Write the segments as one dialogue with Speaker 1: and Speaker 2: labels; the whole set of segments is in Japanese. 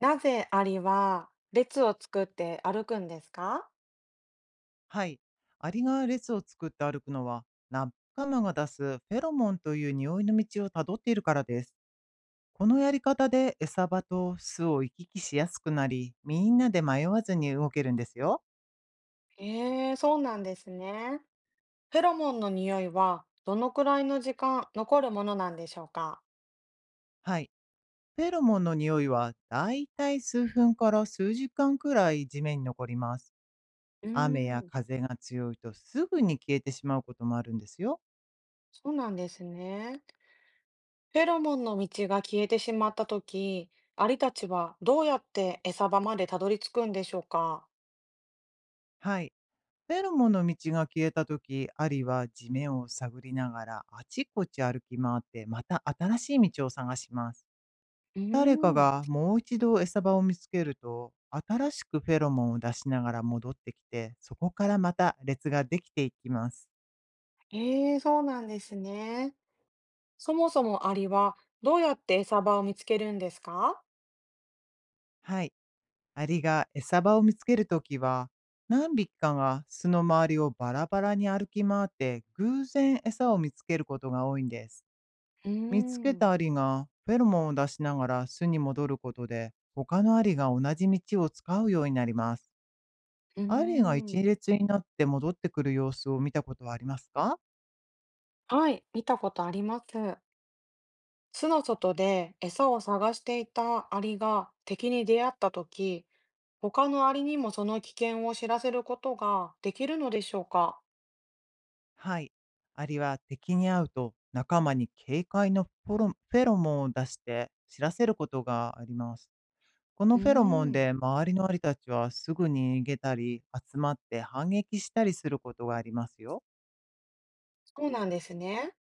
Speaker 1: なぜアリは列を作って歩くんですか？
Speaker 2: はい。アリが列を作って歩くのは、ナッカマが出すフェロモンという匂いの道をたどっているからです。このやり方で餌場と巣を行き来しやすくなり、みんなで迷わずに動けるんですよ。
Speaker 1: ええ、そうなんですね。フェロモンの匂いはどのくらいの時間残るものなんでしょうか？
Speaker 2: はい。フェロモンの匂いは、だいたい数分から数時間くらい地面に残ります。
Speaker 1: うー
Speaker 2: 雨や
Speaker 1: ん、
Speaker 2: 風が強いとすぐに消えてしまうこともあるんですよ。
Speaker 1: そうなんですね。フェロモンの道が消えてしまったとき、アリたちはどうやって餌場までたどり着くんでしょうか？
Speaker 2: はい。フェロモンの道が消えた時、アリは地面を探りながらあちこち歩き回ってまた新しい道を探します。
Speaker 1: うー
Speaker 2: 誰か
Speaker 1: ん、
Speaker 2: がもう一度餌場を見つけると、新しくフェロモンを出しながら戻ってきて、そこからまた列ができていきます。
Speaker 1: ええ、そうなんですね。そもそもアリはどうやって餌場を見つけるんですか？
Speaker 2: はい。アリが餌場を見つけるときは、何匹かが巣の周りをバラバラに歩き回って偶然餌を見つけることが多いんです。
Speaker 1: うー
Speaker 2: 見つけた
Speaker 1: ん、
Speaker 2: アリがフェロモンを出しながら巣に戻ることで他のアリが同じ道を使うようになります。
Speaker 1: うー
Speaker 2: アリが一
Speaker 1: ん。
Speaker 2: 列になって戻ってくる様子を見たことはありますか？
Speaker 1: はい、見たことあります。巣の外で餌を探していたアリが敵に出会ったとき、他のアリにもその危険を知らせることができるのでしょうか？
Speaker 2: はい。アリは敵に会うと仲間に警戒のフォロフェロモンを出して知らせることがあります。この
Speaker 1: うー
Speaker 2: フェロモン
Speaker 1: ん、
Speaker 2: で周りのアリたちはすぐに逃げたり集まって反撃したりすることがありますよ。
Speaker 1: そうなんですね。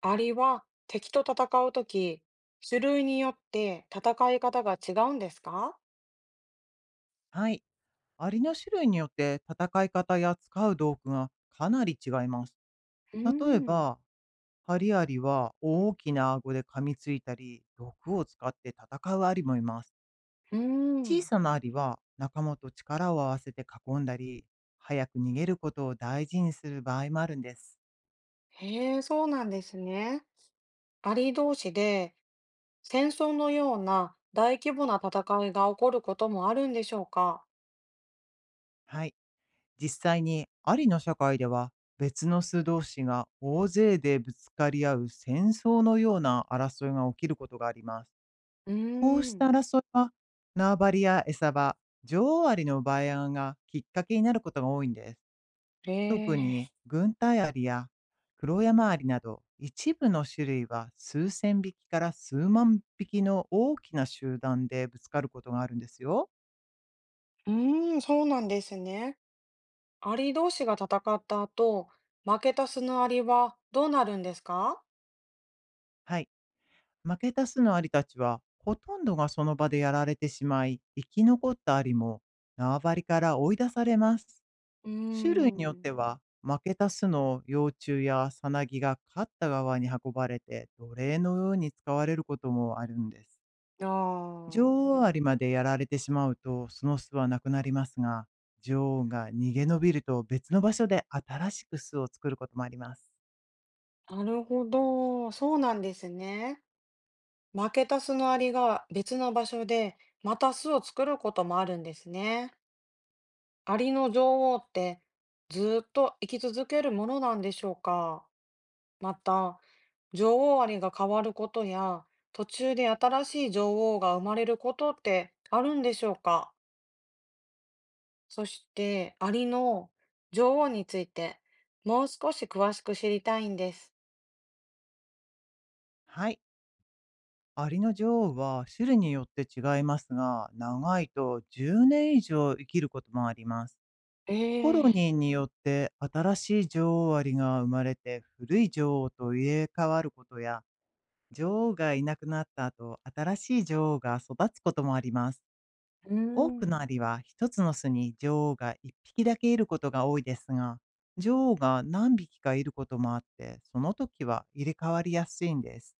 Speaker 1: アリは敵と戦うとき、種類によって戦い方が違うんですか？
Speaker 2: はい。アリの種類によって戦い方や使う道具がかなり違います。
Speaker 1: うー
Speaker 2: 例え
Speaker 1: ん、
Speaker 2: ば、ハリアリは大きな顎で噛みついたり、毒を使って戦うアリもいます。
Speaker 1: うー
Speaker 2: 小
Speaker 1: ん、
Speaker 2: さなアリは仲間と力を合わせて囲んだり、早く逃げることを大事にする場合もあるんです。
Speaker 1: へえ、そうなんですね。アリ同士で戦争のような大規模な戦いが起こることもあるんでしょうか？
Speaker 2: はい。実際にアリの社会では別の巣同士が大勢でぶつかり合う戦争のような争いが起きることがあります。
Speaker 1: うー
Speaker 2: こうした
Speaker 1: ん、
Speaker 2: 争いは、縄張りや餌場、女王アリの奪い合いがきっかけになることが多いんです。
Speaker 1: え
Speaker 2: 特に、
Speaker 1: え、
Speaker 2: 軍隊アリや黒山アリなど、一部の種類は数千匹から数万匹の大きな集団でぶつかることがあるんですよ。
Speaker 1: うーん、そうなんですね。アリ同士が戦った後、負けたスナアリはどうなるんですか？
Speaker 2: はい。負けた巣のアリたちは、ほとんどがその場でやられてしまい、生き残ったアリも縄張りから追い出されます。
Speaker 1: うー
Speaker 2: 種類によっ
Speaker 1: ん、
Speaker 2: ては、負けた巣の幼虫やさなぎが勝った側に運ばれて奴隷のように使われることもあるんです。
Speaker 1: あ
Speaker 2: 女王アリまでやられてしまうと、その巣はなくなりますが、女王が逃げ延びると別の場所で新しく巣を作ることもあります。
Speaker 1: あ、なるほど。そうなんですね。負けたスのアリが別の場所でまた巣を作ることもあるんですね。アリの女王ってずーっと生き続けるものなんでしょうか。また、女王アリが変わることや、途中で新しい女王が生まれることってあるんでしょうか？そして、アリの女王について、もう少し詳しく知りたいんです。
Speaker 2: はい。アリの女王は種類によって違いますが、長いと10年以上生きることもあります。
Speaker 1: え
Speaker 2: コロ
Speaker 1: え、
Speaker 2: ニーによって新しい女王アリが生まれて古い女王と入れ替わることや、女王がいなくなった後、新しい女王が育つこともあります。
Speaker 1: う
Speaker 2: 多く
Speaker 1: ん、
Speaker 2: のアリは一つの巣に女王が一匹だけいることが多いですが、女王が何匹かいることもあって、その時は入れ替わりやすいんです。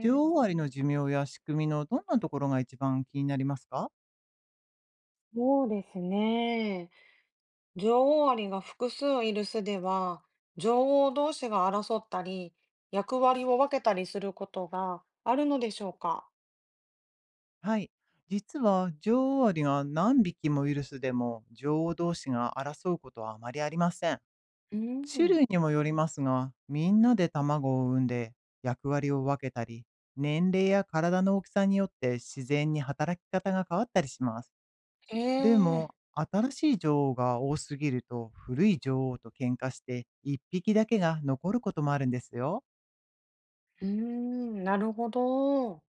Speaker 2: 女
Speaker 1: え、
Speaker 2: 王アリの寿命や仕組みのどんなところが一番気になりますか？
Speaker 1: そうですね。女王アリが複数いる巣では、女王同士が争ったり、役割を分けたりすることがあるのでしょうか？
Speaker 2: はい。実は女王アリが何匹もいる巣でも女王同士が争うことはあまりありません。
Speaker 1: う
Speaker 2: 種
Speaker 1: ん。
Speaker 2: 類にもよりますが、みんなで卵を産んで役割を分けたり、年齢や体の大きさによって自然に働き方が変わったりします。
Speaker 1: え
Speaker 2: で
Speaker 1: え、
Speaker 2: も、新しい女王が多すぎると古い女王と喧嘩して一匹だけが残ることもあるんですよ。
Speaker 1: うーん、なるほど。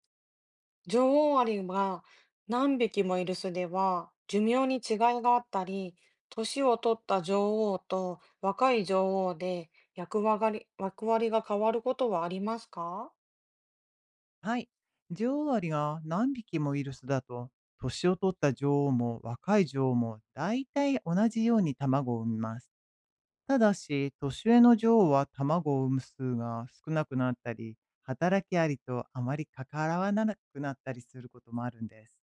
Speaker 1: 女王アリが何匹もいる巣では寿命に違いがあったり、年を取った女王と若い女王で役割が変わることはありますか？
Speaker 2: はい。女王アリが何匹もいる巣だと、年を取った女王も若い女王も大体同じように卵を産みます。ただし、年上の女王は卵を産む数が少なくなったり、働きアリとあまり関わらなくなったりすることもあるんです。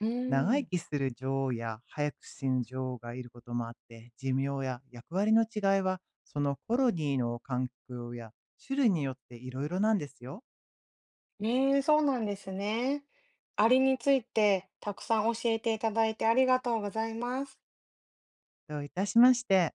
Speaker 1: うー
Speaker 2: 長生
Speaker 1: ん、
Speaker 2: きする女王や早く死ぬ女王がいることもあって、寿命や役割の違いは、そのコロニーの環境や種類によっていろいろなんですよ。
Speaker 1: ねえ、そうなんですね。アリについてたくさん教えていただいてありがとうございます。
Speaker 2: どういたしまして。